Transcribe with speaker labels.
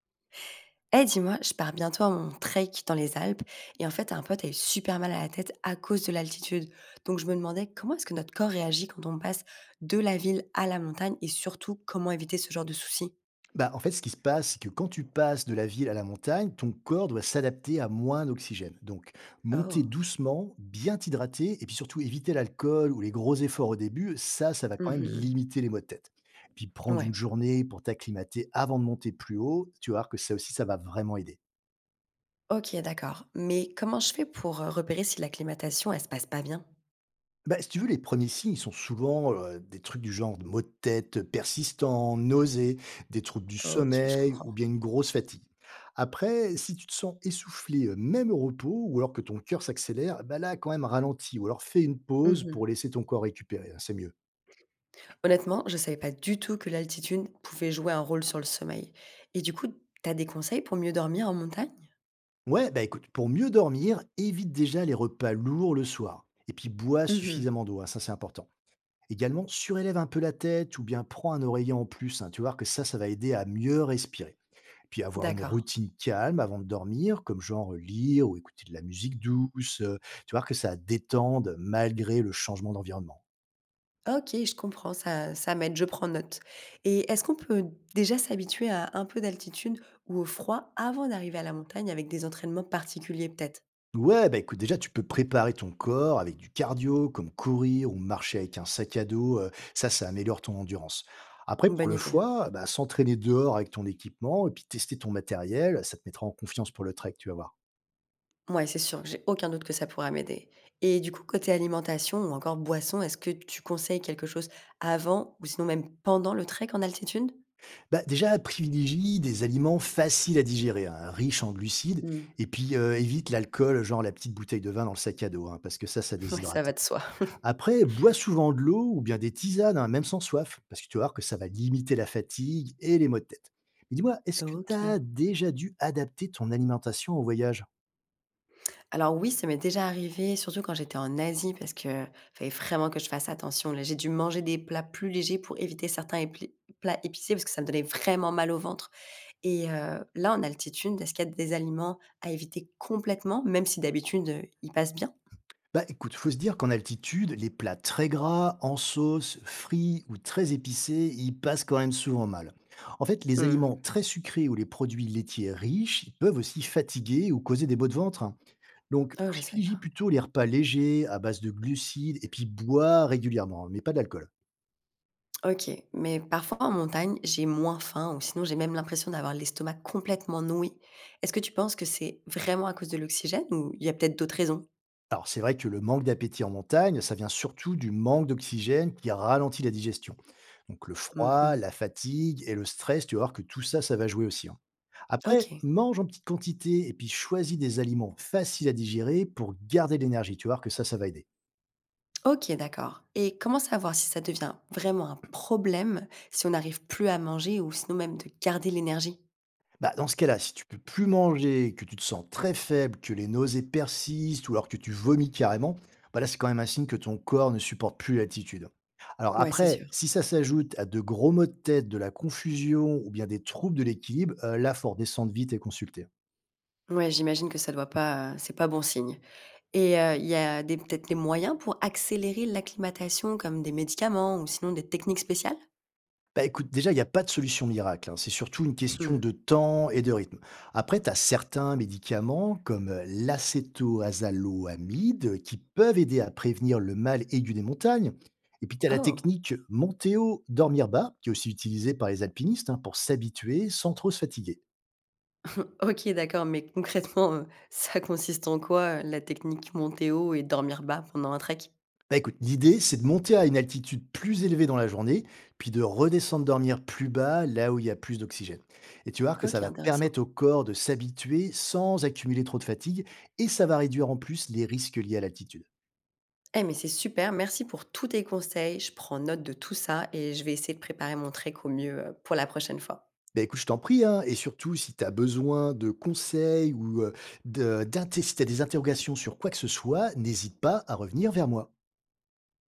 Speaker 1: Eh dis-moi, je pars bientôt à mon trek dans les Alpes et en fait un pote a eu super mal à la tête à cause de l'altitude. Donc je me demandais comment est-ce que notre corps réagit quand on passe de la ville à la montagne et surtout comment éviter ce genre de soucis.
Speaker 2: Bah, en fait, ce qui se passe, c'est que quand tu passes de la ville à la montagne, ton corps doit s'adapter à moins d'oxygène. Donc, monter
Speaker 1: Oh.
Speaker 2: doucement, bien t'hydrater, et puis surtout éviter l'alcool ou les gros efforts au début, ça va quand même
Speaker 1: Mhm.
Speaker 2: limiter les maux de tête. Et puis, prendre
Speaker 1: Ouais.
Speaker 2: une journée pour t'acclimater avant de monter plus haut, tu vas voir que ça aussi, ça va vraiment aider.
Speaker 1: Ok, d'accord. Mais comment je fais pour repérer si l'acclimatation elle se passe pas bien.
Speaker 2: Bah, si tu veux, les premiers signes, ils sont souvent des trucs du genre de maux de tête persistants, nausées, des troubles du
Speaker 1: Ok, je
Speaker 2: sommeil
Speaker 1: comprends.
Speaker 2: ou bien une grosse fatigue. Après, si tu te sens essoufflé, même au repos, ou alors que ton cœur s'accélère, bah là, quand même, ralentis, ou alors fais une pause pour
Speaker 1: Mhm.
Speaker 2: laisser ton corps récupérer, hein, c'est mieux.
Speaker 1: Honnêtement, je savais pas du tout que l'altitude pouvait jouer un rôle sur le sommeil. Et du coup, t'as des conseils pour mieux dormir en montagne?
Speaker 2: Ouais, bah écoute, pour mieux dormir, évite déjà les repas lourds le soir. Et puis bois
Speaker 1: Mhm.
Speaker 2: suffisamment d'eau, hein, ça c'est important. Également, surélève un peu la tête ou bien prends un oreiller en plus, hein, tu vas voir que ça va aider à mieux respirer. Puis avoir une
Speaker 1: D'accord.
Speaker 2: routine calme avant de dormir, comme genre, lire ou écouter de la musique douce, tu vois? Que ça détende malgré le changement d'environnement.
Speaker 1: OK, je comprends, ça ça m'aide, je prends note et est-ce qu'on peut déjà s'habituer à un peu d'altitude ou au froid avant d'arriver à la montagne avec des entraînements particuliers peut-être?
Speaker 2: Ouais, bah, écoute, déjà, tu peux préparer ton corps avec du cardio, comme courir ou marcher avec un sac à dos, ça, ça améliore ton endurance. Après
Speaker 1: Une
Speaker 2: pour
Speaker 1: bonne
Speaker 2: le
Speaker 1: idée.
Speaker 2: foie, bah, s'entraîner dehors avec ton équipement et puis tester ton matériel, ça te mettra en confiance pour le trek, tu vas voir.
Speaker 1: Mouais, c'est sûr, j'ai aucun doute que ça pourra m'aider et du coup, côté alimentation ou encore boisson, est-ce que tu conseilles quelque chose avant ou sinon même pendant le trek en altitude?
Speaker 2: Bah, déjà, privilégie des aliments faciles à digérer, hein, riches en glucides,
Speaker 1: Mmh.
Speaker 2: et puis évite l'alcool, genre la petite bouteille de vin dans le sac à dos, hein, parce que ça
Speaker 1: Ouais, ça
Speaker 2: déshydrate.
Speaker 1: va de soi.
Speaker 2: Après, bois souvent de l'eau ou bien des tisanes, hein, même sans soif, parce que tu vas voir que ça va limiter la fatigue et les maux de tête. Mais dis-moi, est-ce que tu
Speaker 1: OK.
Speaker 2: as déjà dû adapter ton alimentation au voyage?
Speaker 1: Alors oui, ça m'est déjà arrivé, surtout quand j'étais en Asie, parce que fallait vraiment que je fasse attention. Là, j'ai dû manger des plats plus légers pour éviter certains plats épicés, parce que ça me donnait vraiment mal au ventre. Et là, en altitude, est-ce qu'il y a des aliments à éviter complètement, même si d'habitude, ils passent bien?
Speaker 2: Bah écoute, faut se dire qu'en altitude, les plats très gras, en sauce, frits ou très épicés, ils passent quand même souvent mal. En fait, les
Speaker 1: Hmm.
Speaker 2: aliments très sucrés ou les produits laitiers riches, ils peuvent aussi fatiguer ou causer des maux de ventre, hein. Donc,
Speaker 1: Oh, je savais
Speaker 2: privilégie
Speaker 1: pas.
Speaker 2: plutôt les repas légers, à base de glucides, et puis bois régulièrement, mais pas d'alcool.
Speaker 1: Ok, mais parfois en montagne, j'ai moins faim, ou sinon j'ai même l'impression d'avoir l'estomac complètement noué. Est-ce que tu penses que c'est vraiment à cause de l'oxygène, ou il y a peut-être d'autres raisons?
Speaker 2: Alors, c'est vrai que le manque d'appétit en montagne, ça vient surtout du manque d'oxygène qui ralentit la digestion. Donc, le froid,
Speaker 1: Mhm.
Speaker 2: la fatigue et le stress, tu vas voir que tout ça, ça va jouer aussi, hein. Après,
Speaker 1: Ok.
Speaker 2: mange en petite quantité et puis choisis des aliments faciles à digérer pour garder de l'énergie. Tu vas voir que ça va aider.
Speaker 1: OK, d'accord et comment savoir si ça devient vraiment un problème, si on n'arrive plus à manger ou sinon même de garder l'énergie?
Speaker 2: Bah, dans ce cas-là, si tu peux plus manger, que tu te sens très faible, que les nausées persistent ou alors que tu vomis carrément, bah là, c'est quand même un signe que ton corps ne supporte plus l'altitude. Alors
Speaker 1: Ouais, c'est
Speaker 2: après,
Speaker 1: sûr.
Speaker 2: si ça s'ajoute à de gros maux de tête, de la confusion ou bien des troubles de l'équilibre, là, faut redescendre vite et consulter.
Speaker 1: Ouais, j'imagine que ça doit pas, c'est pas bon signe et il y a des peut-être des moyens pour accélérer l'acclimatation comme des médicaments ou sinon des techniques spéciales?
Speaker 2: Bah, écoute, déjà, il y a pas de solution miracle, hein. C'est surtout une question
Speaker 1: Mmh.
Speaker 2: de temps et de rythme. Après, tu as certains médicaments comme l'acétoazaloamide qui peuvent aider à prévenir le mal aigu des montagnes. Et puis, tu as la
Speaker 1: Oh!
Speaker 2: technique Monteo dormir bas, qui est aussi utilisée par les alpinistes, hein, pour s'habituer sans trop se fatiguer.
Speaker 1: OK, d'accord, mais concrètement, ça consiste en quoi, la technique monter haut et dormir bas pendant un trek?
Speaker 2: Bah écoute, l'idée, c'est de monter à une altitude plus élevée dans la journée, puis de redescendre dormir plus bas, là où il y a plus d'oxygène. Et tu vas voir que ça
Speaker 1: OK,
Speaker 2: va
Speaker 1: intéressant.
Speaker 2: permettre au corps de s'habituer sans accumuler trop de fatigue, et ça va réduire en plus les risques liés à l'altitude.
Speaker 1: Eh mais c'est super, merci pour tous tes conseils, je prends note de tout ça et je vais essayer de préparer mon trek au mieux, pour la prochaine fois.
Speaker 2: Bah écoute, je t'en prie, hein, et surtout si tu as besoin de conseils ou si tu as des interrogations sur quoi que ce soit, n'hésite pas à revenir vers moi.